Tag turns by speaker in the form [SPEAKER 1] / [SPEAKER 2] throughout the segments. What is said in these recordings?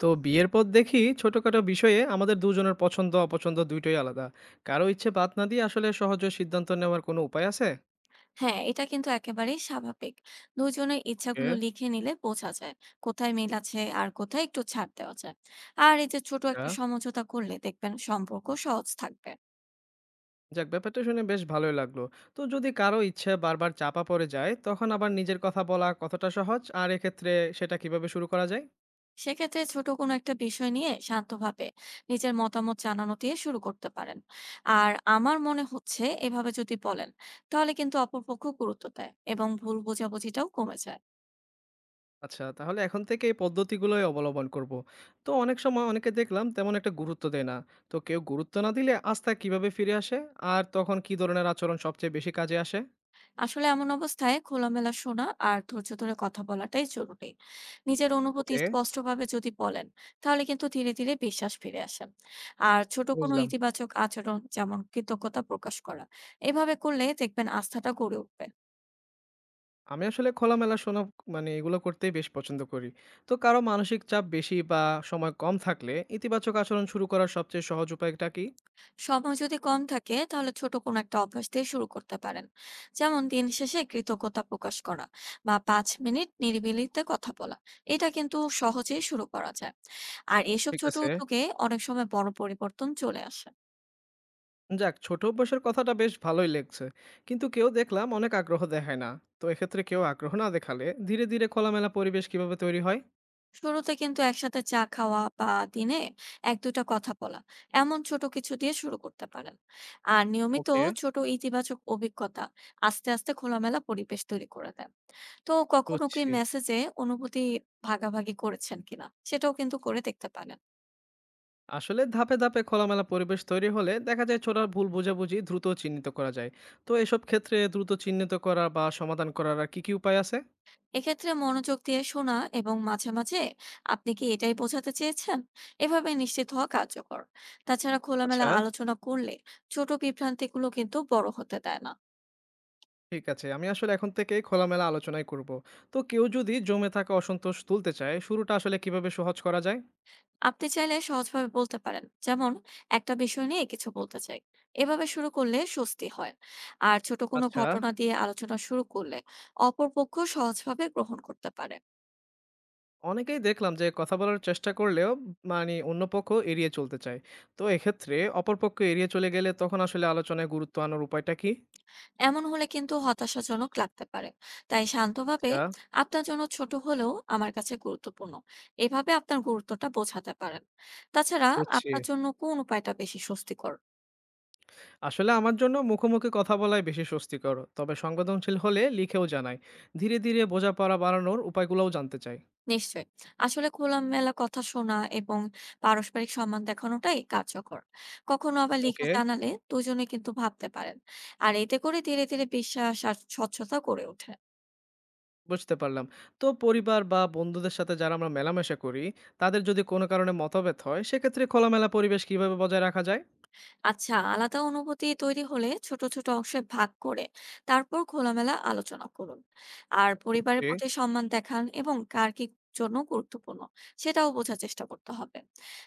[SPEAKER 1] তো বিয়ের পর দেখি ছোটখাটো বিষয়ে আমাদের দুজনের পছন্দ অপছন্দ দুইটাই আলাদা। কারো ইচ্ছে বাদ না দিয়ে আসলে সহজে সিদ্ধান্ত নেওয়ার কোনো উপায় আছে?
[SPEAKER 2] হ্যাঁ, এটা কিন্তু একেবারেই স্বাভাবিক। দুজনের
[SPEAKER 1] ওকে।
[SPEAKER 2] ইচ্ছাগুলো লিখে নিলে বোঝা যায় কোথায় মিল আছে আর কোথায় একটু ছাড় দেওয়া যায়। আর এই যে ছোট একটা
[SPEAKER 1] হ্যাঁ।
[SPEAKER 2] সমঝোতা করলে দেখবেন সম্পর্ক সহজ থাকবে।
[SPEAKER 1] যাক, ব্যাপারটা শুনে বেশ ভালোই লাগলো। তো যদি কারো ইচ্ছে বারবার চাপা পড়ে যায়, তখন আবার নিজের কথা বলা কতটা সহজ? আর এক্ষেত্রে সেটা কিভাবে শুরু করা যায়?
[SPEAKER 2] সেক্ষেত্রে ছোট কোনো একটা বিষয় নিয়ে শান্তভাবে নিজের মতামত জানানো দিয়ে শুরু করতে পারেন। আর আমার মনে হচ্ছে এভাবে যদি বলেন, তাহলে কিন্তু অপরপক্ষ গুরুত্ব দেয় এবং ভুল বোঝাবুঝিটাও কমে যায়।
[SPEAKER 1] আচ্ছা, তাহলে এখন থেকে এই পদ্ধতিগুলোই অবলম্বন করব। তো অনেক সময় অনেকে দেখলাম তেমন একটা গুরুত্ব দেয় না। তো কেউ গুরুত্ব না দিলে আস্থা কিভাবে ফিরে আসে? আর তখন কি ধরনের আচরণ সবচেয়ে বেশি কাজে আসে?
[SPEAKER 2] আসলে এমন অবস্থায় খোলামেলা শোনা আর ধৈর্য ধরে কথা বলাটাই জরুরি। নিজের অনুভূতি
[SPEAKER 1] ওকে।
[SPEAKER 2] স্পষ্টভাবে যদি বলেন, তাহলে কিন্তু ধীরে ধীরে বিশ্বাস ফিরে আসে। আর ছোট কোনো
[SPEAKER 1] বুঝলাম।
[SPEAKER 2] ইতিবাচক আচরণ যেমন কৃতজ্ঞতা প্রকাশ করা, এভাবে করলে দেখবেন আস্থাটা গড়ে উঠবে।
[SPEAKER 1] আমি আসলে খোলামেলা শোনা, মানে এগুলো করতেই বেশ পছন্দ করি। তো কারো মানসিক চাপ বেশি বা সময় কম থাকলে ইতিবাচক আচরণ শুরু করার সবচেয়ে সহজ উপায়টা কি?
[SPEAKER 2] সময় যদি কম থাকে তাহলে ছোট কোনো একটা অভ্যাস দিয়ে শুরু করতে পারেন, যেমন দিন শেষে কৃতজ্ঞতা প্রকাশ করা বা ৫ মিনিট নিরিবিলিতে কথা বলা। এটা কিন্তু সহজেই শুরু করা যায়, আর এসব
[SPEAKER 1] ঠিক
[SPEAKER 2] ছোট
[SPEAKER 1] আছে।
[SPEAKER 2] উদ্যোগে অনেক সময় বড় পরিবর্তন চলে আসে।
[SPEAKER 1] যাক, ছোট অভ্যাসের কথাটা বেশ ভালোই লেগছে। কিন্তু কেউ দেখলাম অনেক আগ্রহ দেখায় না। তো এক্ষেত্রে কেউ আগ্রহ না দেখালে ধীরে ধীরে খোলামেলা পরিবেশ কিভাবে তৈরি হয়?
[SPEAKER 2] শুরুতে কিন্তু একসাথে চা খাওয়া বা দিনে এক দুটা কথা বলা, এমন ছোট কিছু দিয়ে শুরু করতে পারেন। আর নিয়মিত
[SPEAKER 1] ওকে।
[SPEAKER 2] ছোট ইতিবাচক অভিজ্ঞতা আস্তে আস্তে খোলামেলা পরিবেশ তৈরি করে দেন। তো কখনো
[SPEAKER 1] বুঝছি।
[SPEAKER 2] কি মেসেজে অনুভূতি ভাগাভাগি করেছেন কিনা, সেটাও কিন্তু করে দেখতে পারেন।
[SPEAKER 1] আসলে ধাপে ধাপে খোলামেলা পরিবেশ তৈরি হলে দেখা যায় ছোট ভুল বোঝাবুঝি দ্রুত চিহ্নিত করা যায়। তো এসব ক্ষেত্রে দ্রুত চিহ্নিত করা বা সমাধান করার আর কি কি উপায় আছে?
[SPEAKER 2] এক্ষেত্রে মনোযোগ দিয়ে শোনা এবং মাঝে মাঝে আপনি কি এটাই বোঝাতে চেয়েছেন, এভাবে নিশ্চিত হওয়া কার্যকর। তাছাড়া
[SPEAKER 1] আচ্ছা।
[SPEAKER 2] খোলামেলা আলোচনা করলে ছোট বিভ্রান্তিগুলো কিন্তু বড় হতে দেয় না।
[SPEAKER 1] ঠিক আছে। আমি আসলে এখন থেকেই খোলামেলা আলোচনাই করব। তো কেউ যদি জমে থাকা অসন্তোষ তুলতে চায়, শুরুটা আসলে কিভাবে সহজ করা যায়?
[SPEAKER 2] আপনি চাইলে সহজভাবে বলতে পারেন, যেমন একটা বিষয় নিয়ে কিছু বলতে চাই, এভাবে শুরু করলে স্বস্তি হয়। আর ছোট কোনো
[SPEAKER 1] আচ্ছা।
[SPEAKER 2] ঘটনা দিয়ে আলোচনা শুরু করলে অপরপক্ষ সহজভাবে গ্রহণ করতে পারে।
[SPEAKER 1] অনেকেই দেখলাম যে কথা বলার চেষ্টা করলেও, মানে অন্য পক্ষ এড়িয়ে চলতে চায়। তো এক্ষেত্রে অপর পক্ষ এড়িয়ে চলে গেলে তখন আসলে আলোচনায় গুরুত্ব আনার উপায়টা কি?
[SPEAKER 2] এমন হলে কিন্তু হতাশাজনক লাগতে পারে, তাই শান্তভাবে
[SPEAKER 1] আচ্ছা।
[SPEAKER 2] আপনার জন্য ছোট হলেও আমার কাছে গুরুত্বপূর্ণ, এভাবে আপনার গুরুত্বটা বোঝাতে পারেন। তাছাড়া
[SPEAKER 1] বুঝছি।
[SPEAKER 2] আপনার জন্য কোন উপায়টা বেশি স্বস্তিকর?
[SPEAKER 1] আসলে আমার জন্য মুখোমুখি কথা বলাই বেশি স্বস্তিকর। তবে সংবেদনশীল হলে লিখেও জানাই। ধীরে, ধীরে বোঝাপড়া বাড়ানোর উপায়গুলোও জানতে চাই।
[SPEAKER 2] নিশ্চয়ই। আসলে খোলামেলা কথা শোনা এবং পারস্পরিক সম্মান দেখানোটাই কার্যকর। কখনো আবার লিখে
[SPEAKER 1] ওকে।
[SPEAKER 2] জানালে দুজনে কিন্তু ভাবতে পারেন। আর এতে করে ধীরে ধীরে বিশ্বাস আর স্বচ্ছতা গড়ে ওঠে।
[SPEAKER 1] বুঝতে পারলাম। তো পরিবার বা বন্ধুদের সাথে যারা আমরা মেলামেশা করি, তাদের যদি কোনো কারণে মতভেদ হয়, সেক্ষেত্রে খোলামেলা পরিবেশ কিভাবে বজায় রাখা যায়?
[SPEAKER 2] আচ্ছা, আলাদা অনুভূতি তৈরি হলে ছোট ছোট অংশে ভাগ করে তারপর খোলামেলা আলোচনা করুন। আর পরিবারের
[SPEAKER 1] বুঝছি।
[SPEAKER 2] প্রতি সম্মান দেখান এবং কার কি জন্য গুরুত্বপূর্ণ সেটাও বোঝার চেষ্টা করতে হবে।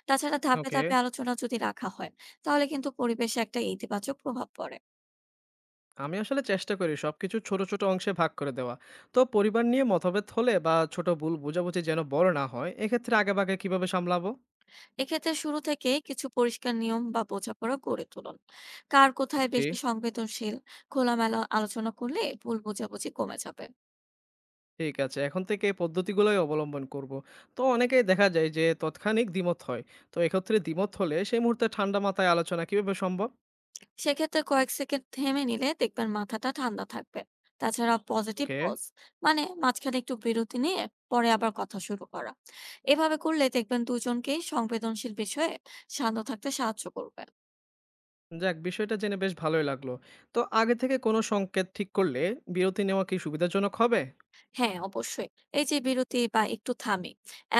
[SPEAKER 2] তাছাড়া ধাপে
[SPEAKER 1] ওকে।
[SPEAKER 2] ধাপে আলোচনা যদি রাখা হয়, তাহলে কিন্তু পরিবেশে একটা ইতিবাচক প্রভাব পড়ে।
[SPEAKER 1] আমি আসলে চেষ্টা করি সবকিছু ছোট, ছোট অংশে ভাগ করে দেওয়া। তো পরিবার নিয়ে মতভেদ হলে বা ছোট ভুল বোঝাবুঝি যেন বড় না হয়, এক্ষেত্রে আগেভাগে কিভাবে সামলাবো?
[SPEAKER 2] এক্ষেত্রে শুরু থেকে কিছু পরিষ্কার নিয়ম বা বোঝাপড়া গড়ে তুলুন, কার কোথায়
[SPEAKER 1] বুঝছি।
[SPEAKER 2] বেশি সংবেদনশীল। খোলামেলা আলোচনা করলে ভুল বোঝাবুঝি কমে যাবে।
[SPEAKER 1] ঠিক আছে। এখন থেকে এই পদ্ধতিগুলোই অবলম্বন করব। তো অনেকেই দেখা যায় যে তৎক্ষণিক দ্বিমত হয়। তো এক্ষেত্রে দ্বিমত হলে সেই মুহূর্তে ঠান্ডা মাথায় আলোচনা কিভাবে সম্ভব?
[SPEAKER 2] সেক্ষেত্রে কয়েক সেকেন্ড থেমে নিলে দেখবেন মাথাটা ঠান্ডা থাকবে। তাছাড়া পজিটিভ
[SPEAKER 1] ওকে।
[SPEAKER 2] পজ, মানে মাঝখানে একটু বিরতি নিয়ে পরে আবার কথা শুরু করা, এভাবে করলে দেখবেন দুজনকেই সংবেদনশীল বিষয়ে শান্ত থাকতে সাহায্য করবে।
[SPEAKER 1] যাক, বিষয়টা জেনে বেশ ভালোই লাগলো। তো আগে থেকে কোনো সংকেত ঠিক করলে বিরতি নেওয়া কি সুবিধাজনক হবে?
[SPEAKER 2] হ্যাঁ, অবশ্যই। এই যে বিরতি বা একটু থামি,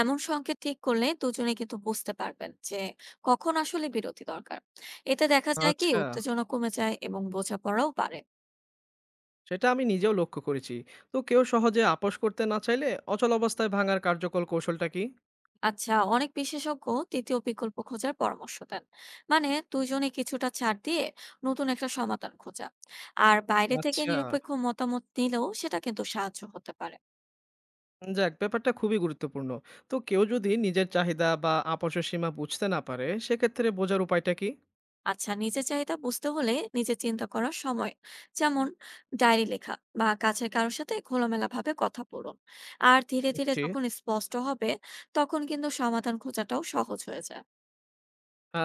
[SPEAKER 2] এমন সংকেত ঠিক করলে দুজনে কিন্তু বুঝতে পারবেন যে কখন আসলে বিরতি দরকার। এতে দেখা যায় কি
[SPEAKER 1] আচ্ছা,
[SPEAKER 2] উত্তেজনা কমে যায় এবং বোঝাপড়াও বাড়ে।
[SPEAKER 1] সেটা আমি নিজেও লক্ষ্য করেছি। তো কেউ সহজে আপস করতে না চাইলে অচল অবস্থায় ভাঙার কার্যকর কৌশলটা কি?
[SPEAKER 2] আচ্ছা, অনেক বিশেষজ্ঞ ৩য় বিকল্প খোঁজার পরামর্শ দেন। মানে দুজনে কিছুটা ছাড় দিয়ে নতুন একটা সমাধান খোঁজা। আর বাইরে থেকে
[SPEAKER 1] আচ্ছা,
[SPEAKER 2] নিরপেক্ষ মতামত নিলেও সেটা কিন্তু সাহায্য হতে পারে।
[SPEAKER 1] যাক, ব্যাপারটা খুবই গুরুত্বপূর্ণ। তো কেউ যদি নিজের চাহিদা বা আপসের সীমা বুঝতে না পারে, সেক্ষেত্রে বোঝার উপায়টা কি?
[SPEAKER 2] আচ্ছা, নিজের চাহিদা বুঝতে হলে নিজে চিন্তা করার সময় যেমন ডায়েরি লেখা বা কাছের কারোর সাথে খোলামেলা ভাবে কথা বলুন। আর ধীরে ধীরে
[SPEAKER 1] বুঝছি।
[SPEAKER 2] যখন স্পষ্ট হবে তখন কিন্তু সমাধান খোঁজাটাও সহজ হয়ে যায়।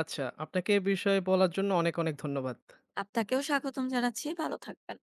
[SPEAKER 1] আচ্ছা, আপনাকে এ বিষয়ে বলার জন্য অনেক, অনেক ধন্যবাদ।
[SPEAKER 2] আপনাকেও স্বাগতম জানাচ্ছি, ভালো থাকবেন।